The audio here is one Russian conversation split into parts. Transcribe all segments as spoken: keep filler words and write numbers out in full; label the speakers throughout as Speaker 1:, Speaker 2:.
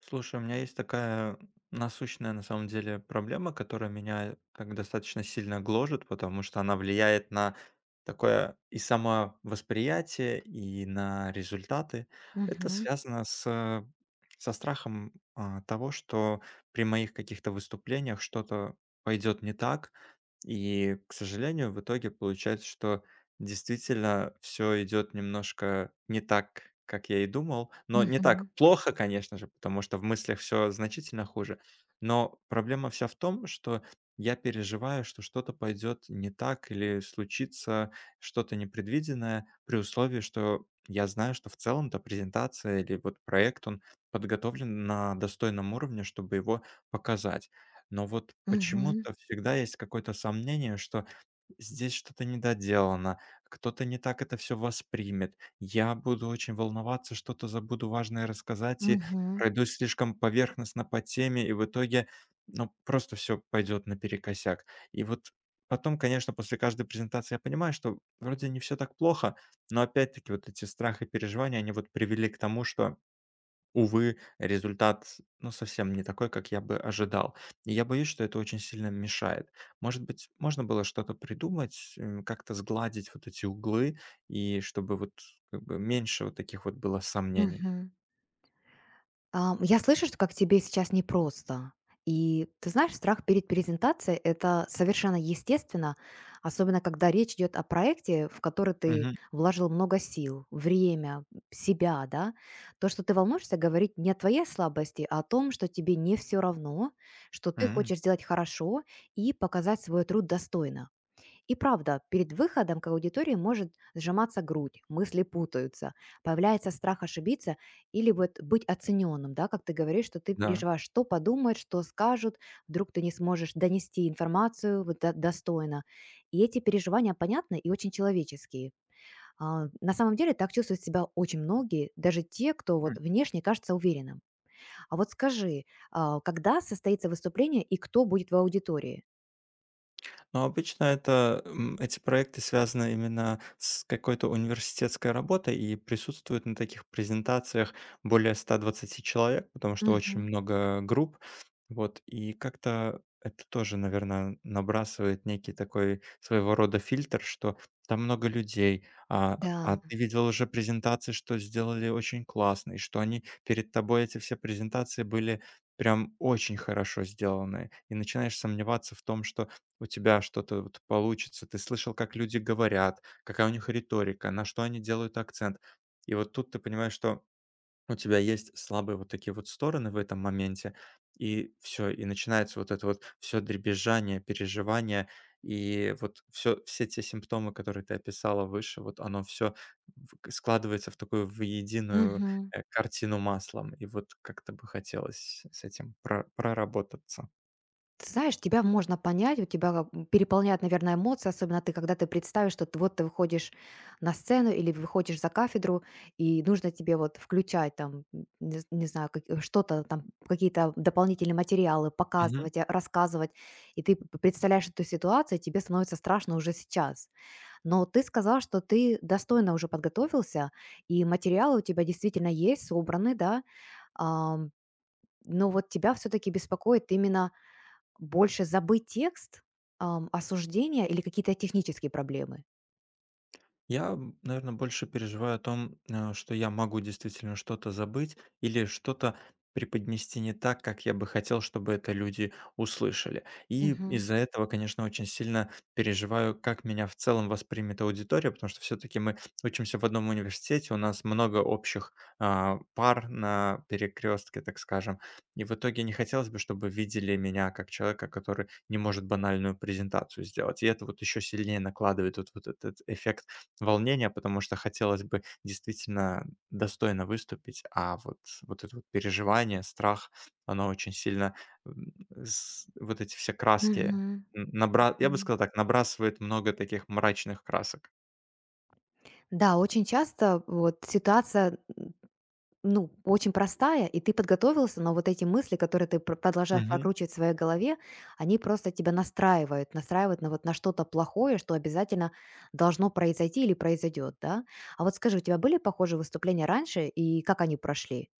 Speaker 1: Слушай, у меня есть такая насущная, на самом деле, проблема, которая меня как достаточно сильно гложет, потому что она влияет на такое и самовосприятие, и на результаты. Это
Speaker 2: Мгм,
Speaker 1: связано с со страхом, а, того, что при моих каких-то выступлениях что-то пойдет не так. И, к сожалению, в итоге получается, что действительно, все идет немножко не так, как я и думал. Но не так
Speaker 2: мгм,
Speaker 1: плохо, конечно же, потому что в мыслях все значительно хуже. Но проблема вся в том, что я переживаю, что что-то пойдет не так или случится что-то непредвиденное, при условии, что я знаю, что в целом-то презентация или вот проект, он подготовлен на достойном уровне, чтобы его показать. Но вот
Speaker 2: мгм,
Speaker 1: почему-то всегда есть какое-то сомнение, что здесь что-то недоделано, кто-то не так это все воспримет. Я буду очень волноваться, что-то забуду важное рассказать и
Speaker 2: мгм,
Speaker 1: пройду слишком поверхностно по теме, и в итоге, ну, просто все пойдет наперекосяк. И вот потом, конечно, после каждой презентации я понимаю, что вроде не все так плохо, но опять-таки вот эти страхи, и переживания, они вот привели к тому, что увы, результат, ну, совсем не такой, как я бы ожидал. И я боюсь, что это очень сильно мешает. Может быть, можно было что-то придумать, м, как-то сгладить вот эти углы, и чтобы вот как бы меньше вот таких вот было сомнений.
Speaker 2: мгм. Ам, я слышу, что как тебе сейчас непросто. И ты знаешь, страх перед презентацией– это совершенно естественно, особенно когда речь идет о проекте, в который ты
Speaker 1: Мгм.
Speaker 2: вложил много сил, время, себя, да. То, что ты волнуешься, говорит не о твоей слабости, а о том, что тебе не все равно, что ты
Speaker 1: М.
Speaker 2: хочешь сделать хорошо и показать свой труд достойно. И правда, перед выходом к аудитории может сжиматься грудь, мысли путаются, появляется страх ошибиться или вот быть оцененным, да, как ты говоришь, что ты
Speaker 1: Да.
Speaker 2: переживаешь, что подумают, что скажут, вдруг ты не сможешь донести информацию вот до- достойно. И эти переживания понятны и очень человеческие. А, на самом деле так чувствуют себя очень многие, даже те, кто вот внешне кажется уверенным. А вот скажи, а, когда состоится выступление и кто будет в аудитории?
Speaker 1: Но обычно это, м, эти проекты связаны именно с какой-то университетской работой и присутствуют на таких презентациях более ста двадцати человек, потому что очень
Speaker 2: Мгм.
Speaker 1: много групп. Вот, и как-то это тоже, наверное, набрасывает некий такой своего рода фильтр, что там много людей, а,
Speaker 2: Да.
Speaker 1: а ты видел уже презентации, что сделали очень классно, и что они перед тобой, эти все презентации были прям очень хорошо сделаны. И начинаешь сомневаться в том, что у тебя что-то вот получится, ты слышал, как люди говорят, какая у них риторика, на что они делают акцент. И вот тут ты понимаешь, что у тебя есть слабые вот такие вот стороны в этом моменте, и все, и начинается вот это вот все дребезжание, переживание, и вот все, все те симптомы, которые ты описала выше, вот оно все складывается в такую в единую
Speaker 2: Мгм.
Speaker 1: э, картину маслом, и вот как-то бы хотелось с этим про- проработаться.
Speaker 2: Ты знаешь, тебя можно понять, у тебя как, м, переполняют, наверное, эмоции, особенно ты, когда ты представишь, что ты, вот ты выходишь на сцену или выходишь за кафедру, и нужно тебе вот включать там, м, не, з- не знаю, как- э, что-то там, какие-то дополнительные материалы, показывать, э, рассказывать, и ты п- представляешь эту ситуацию, и тебе становится страшно уже сейчас. Но ты сказал, что ты достойно уже подготовился, и материалы у тебя действительно есть, собраны, да. Ам, но вот тебя все-таки беспокоит именно больше забыть текст, ам, осуждения или какие-то технические проблемы?
Speaker 1: Я, наверное, больше переживаю о том, э, что я могу действительно что-то забыть или что-то преподнести не так, как я бы хотел, чтобы это люди услышали. И
Speaker 2: Мгм.
Speaker 1: из-за этого, конечно, очень сильно переживаю, как меня в целом воспримет аудитория, потому что все-таки мы учимся в одном университете, у нас много общих а, пар на перекрестке, так скажем. И в итоге не хотелось бы, чтобы видели меня как человека, который не может банальную презентацию сделать. И это вот еще сильнее накладывает вот, вот этот эффект волнение, потому что хотелось бы действительно достойно выступить, а вот вот это вот переживание, страх, оно очень сильно, м, с вот эти все
Speaker 2: Мгм.
Speaker 1: краски н набра я
Speaker 2: Мгм.
Speaker 1: бы сказал так, набрасывает много таких мрачных красок.
Speaker 2: Да, очень часто вот ситуация, ну, очень простая, и ты подготовился, но вот эти мысли, которые ты пр продолжаешь прокручивать в своей голове, они просто тебя настраивают, настраивают на вот на что-то плохое, что обязательно должно произойти или произойдет, да? А вот скажи, у тебя были похожие выступления раньше, и как они прошли?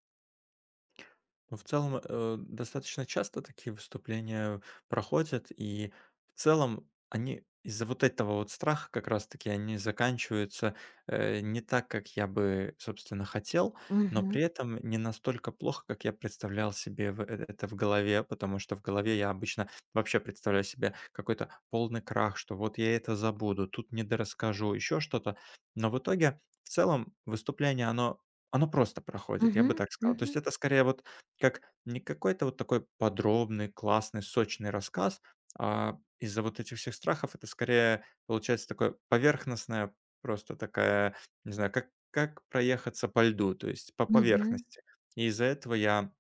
Speaker 1: Ну, в целом, э, достаточно часто такие выступления проходят, и в целом они из-за вот этого вот страха как раз-таки они заканчиваются э, не так, как я бы, собственно, хотел, но
Speaker 2: Мгм.
Speaker 1: при этом не настолько плохо, как я представлял себе в- э, это в голове, потому что в голове я обычно вообще представляю себе какой-то полный крах, что вот я это забуду, тут недорасскажу, еще что-то. Но в итоге, в целом, выступление, оно оно просто проходит, я
Speaker 2: Мгм.
Speaker 1: бы так сказал. То есть
Speaker 2: Мгм.
Speaker 1: это скорее вот как не какой-то вот такой подробный, классный, сочный рассказ, а из-за вот этих всех страхов это скорее получается такое поверхностное, просто такая, не знаю, как как проехаться по льду, то есть по
Speaker 2: Мгм.
Speaker 1: поверхности. И из-за этого я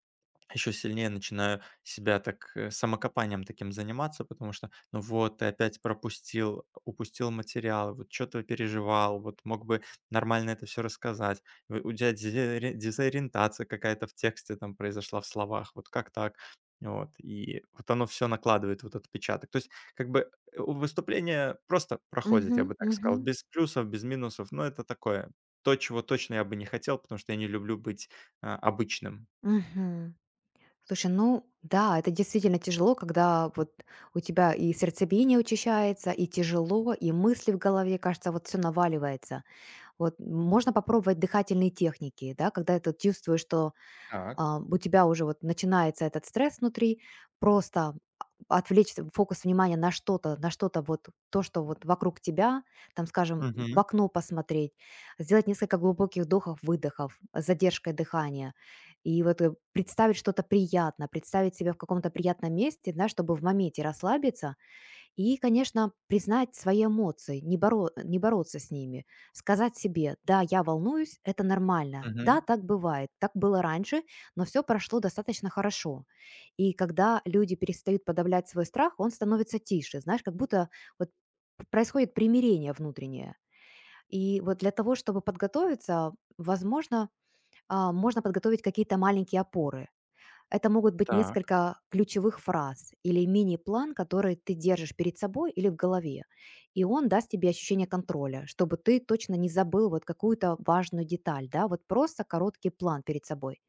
Speaker 1: еще сильнее начинаю себя так, э, самокопанием таким заниматься, потому что: "Ну вот, ты опять пропустил, упустил материал, вот что ты переживал, вот мог бы нормально это все рассказать. В У тебя дезори дезориентация какая-то в тексте там произошла, в словах, вот как так?" Вот, и вот оно все накладывает вот отпечаток. То есть как бы, э, у- выступление просто проходит,
Speaker 2: Мгм.
Speaker 1: я бы так
Speaker 2: Мгм.
Speaker 1: сказал, без плюсов, без минусов, но это такое, то, чего точно я бы не хотел, потому что я не люблю быть, а, обычным.
Speaker 2: Мгм. Слушай, ну да, это действительно тяжело, когда вот у тебя и сердцебиение учащается, и тяжело, и мысли в голове, кажется, вот все наваливается. Вот можно попробовать дыхательные техники, да, когда ты вот чувствуешь, что а, у тебя уже вот начинается этот стресс внутри, просто а- отвлечь фокус внимания на что-то, на что-то вот, то, что вот вокруг тебя, там, скажем, в
Speaker 1: Мгм,
Speaker 2: окно посмотреть, сделать несколько глубоких вдохов, выдохов с задержкой дыхания, и вот э, представить что-то приятное, представить себя в каком-то приятном месте, да, чтобы в моменте расслабиться, и, конечно, признать свои эмоции, не, боро- не бороться с ними, сказать себе, да, я волнуюсь, это нормально,
Speaker 1: мгм.
Speaker 2: да, так бывает, так было раньше, но все прошло достаточно хорошо. И когда люди перестают подавлять свой страх, он становится тише, знаешь, как будто вот п- происходит примирение внутреннее. И вот для того, чтобы подготовиться, возможно, а, можно подготовить какие-то маленькие опоры. Это могут быть
Speaker 1: Так,
Speaker 2: несколько ключевых фраз или мини-план, который ты держишь перед собой или в голове. И он даст тебе ощущение контроля, чтобы ты точно не забыл вот какую-то важную деталь, да, вот просто короткий план перед собой.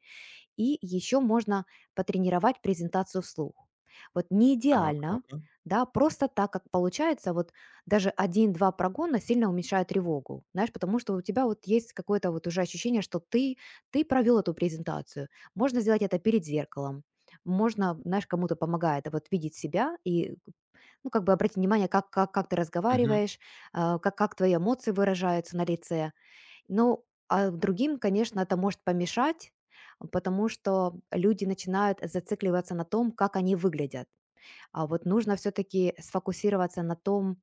Speaker 2: И еще можно потренировать презентацию вслух. Вот не
Speaker 1: так,
Speaker 2: идеально,
Speaker 1: ну-ка.
Speaker 2: да, просто так, как получается, вот даже один-два прогона сильно уменьшают тревогу, знаешь, потому что у тебя вот есть какое-то вот уже ощущение, что ты, ты провел эту презентацию. Можно сделать это перед зеркалом, можно, знаешь, кому-то помогает вот видеть себя и, ну, как бы обратить внимание, как, как, как ты
Speaker 1: Мгм,
Speaker 2: разговариваешь, а, как, как твои эмоции выражаются на лице. Ну, а другим, конечно, это может помешать, а, потому что люди начинают зацикливаться на том, как они выглядят. А вот нужно все-таки сфокусироваться на том,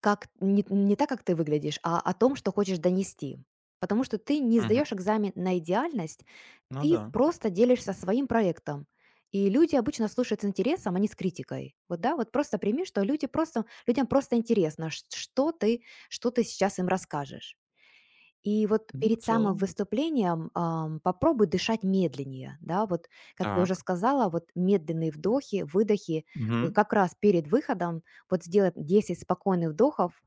Speaker 2: как не, не так, как ты выглядишь, а о том, что хочешь донести. Потому что ты не
Speaker 1: мгм.
Speaker 2: сдаешь экзамен на идеальность,
Speaker 1: Ну
Speaker 2: ты
Speaker 1: да.
Speaker 2: просто делишься своим проектом. И люди обычно слушают с интересом, а не с критикой. Вот да, вот просто прими, что люди просто, людям просто интересно, ш- что ты, что ты сейчас им расскажешь. И вот
Speaker 1: Ну,
Speaker 2: перед
Speaker 1: в
Speaker 2: самым
Speaker 1: целом, да.
Speaker 2: выступлением, ам, попробуй дышать медленнее, да, вот, как я уже
Speaker 1: Так.
Speaker 2: сказала, вот медленные вдохи, выдохи, э,
Speaker 1: Мгм,
Speaker 2: как раз перед выходом вот сделать десять спокойных вдохов,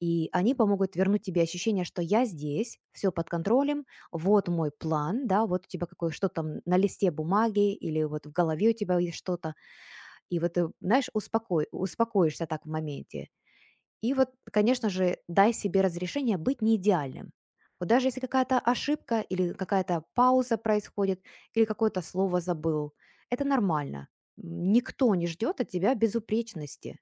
Speaker 2: и они помогут вернуть тебе ощущение, что я здесь, все под контролем, вот мой план, да, вот у тебя какое что там на листе бумаги или вот в голове у тебя есть что-то, и вот ты, знаешь, успокой, успокоишься так в моменте. И вот, конечно же, дай себе разрешение быть не идеальным. Вот даже если какая-то ошибка или какая-то пауза происходит, или какое-то слово забыл, это нормально. М, Никто не ждет от тебя безупречности.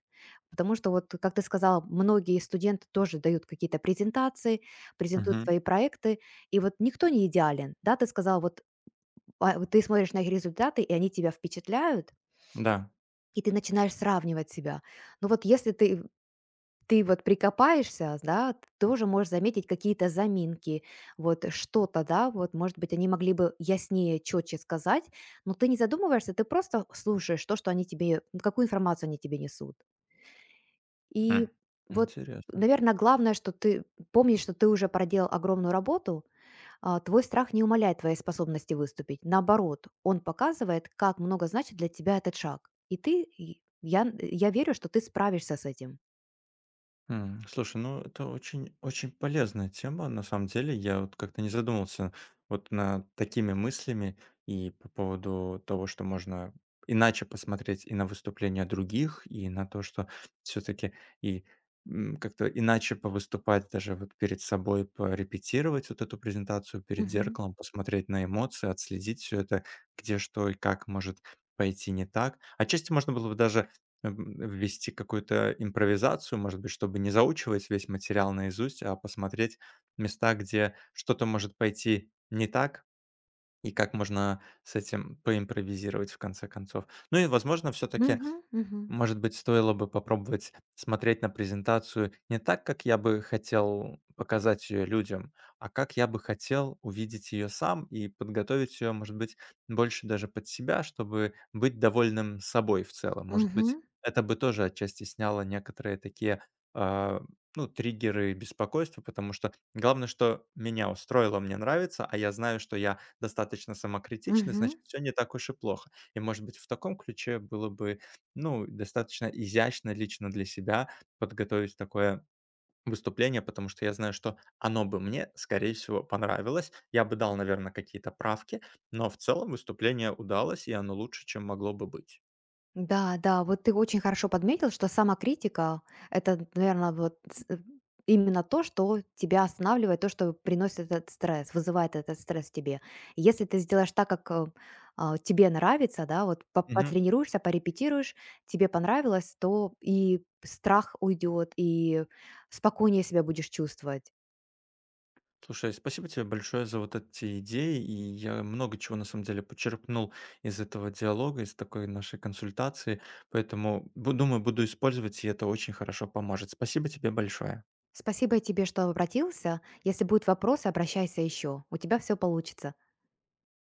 Speaker 2: Потому что, вот, как ты сказала, многие студенты тоже дают какие-то презентации, презентуют
Speaker 1: мгм.
Speaker 2: свои проекты, и вот никто не идеален. Да, ты сказала, вот, а, вот ты смотришь на их результаты, и они тебя впечатляют,
Speaker 1: Да.
Speaker 2: и ты начинаешь сравнивать себя. Ну вот если ты ты вот прикопаешься, да, ты тоже можешь заметить какие-то заминки, вот что-то, да, вот, может быть, они могли бы яснее, четче сказать, но ты не задумываешься, ты просто слушаешь то, что они тебе, ну, какую информацию они тебе несут. И
Speaker 1: М.
Speaker 2: вот,
Speaker 1: Интересно.
Speaker 2: наверное, главное, что ты помнишь, что ты уже проделал огромную работу, а, твой страх не умаляет твоей способности выступить. Наоборот, он показывает, как много значит для тебя этот шаг. И ты, и я, я верю, что ты справишься с этим.
Speaker 1: М, слушай, ну это очень очень полезная тема. На самом деле, я вот как-то не задумывался вот над такими мыслями и по поводу того, что можно иначе посмотреть и на выступления других, и на то, что все-таки и м, как-то иначе повыступать даже вот перед собой, порепетировать вот эту презентацию перед
Speaker 2: Мгм.
Speaker 1: зеркалом, посмотреть на эмоции, отследить все это, где что и как может пойти не так. Отчасти можно было бы даже Эм, ввести какую-то импровизацию, может быть, чтобы не заучивать весь материал наизусть, а посмотреть места, где что-то может пойти не так, и как можно с этим поимпровизировать в конце концов. Ну и, возможно, все-таки
Speaker 2: Мгм. Мгм.
Speaker 1: может быть, стоило бы попробовать смотреть на презентацию не так, как я бы хотел показать ее людям, а как я бы хотел увидеть ее сам и подготовить ее, может быть, больше даже под себя, чтобы быть довольным собой в целом. Может быть,
Speaker 2: Мгм,
Speaker 1: это бы тоже отчасти сняло некоторые такие а, ну, триггеры беспокойства, потому что главное, что меня устроило, мне нравится, а я знаю, что я достаточно самокритичный,
Speaker 2: мгм.
Speaker 1: значит, все не так уж и плохо. И, может быть, в таком ключе было бы ну, достаточно изящно лично для себя подготовить такое выступление, потому что я знаю, что оно бы мне, скорее всего, понравилось. Я бы дал, наверное, какие-то правки, но в целом выступление удалось, и оно лучше, чем могло бы быть.
Speaker 2: Да, да, вот ты очень хорошо подметил, что самокритика- это, наверное, вот с э, именно то, что тебя останавливает, то, что приносит этот стресс, вызывает этот стресс в тебе. Если ты сделаешь так, как, э, а, тебе нравится, да, вот по
Speaker 1: Мгм.
Speaker 2: потренируешься, порепетируешь, тебе понравилось, то и страх уйдет, и спокойнее себя будешь чувствовать.
Speaker 1: Слушай, спасибо тебе большое за вот эти идеи, и я много чего, на самом деле, почерпнул из этого диалога, из такой нашей консультации, поэтому, бу- думаю, буду использовать, и это очень хорошо поможет. Спасибо тебе большое.
Speaker 2: Спасибо тебе, что обратился. Если будут вопросы, обращайся еще. У тебя все получится.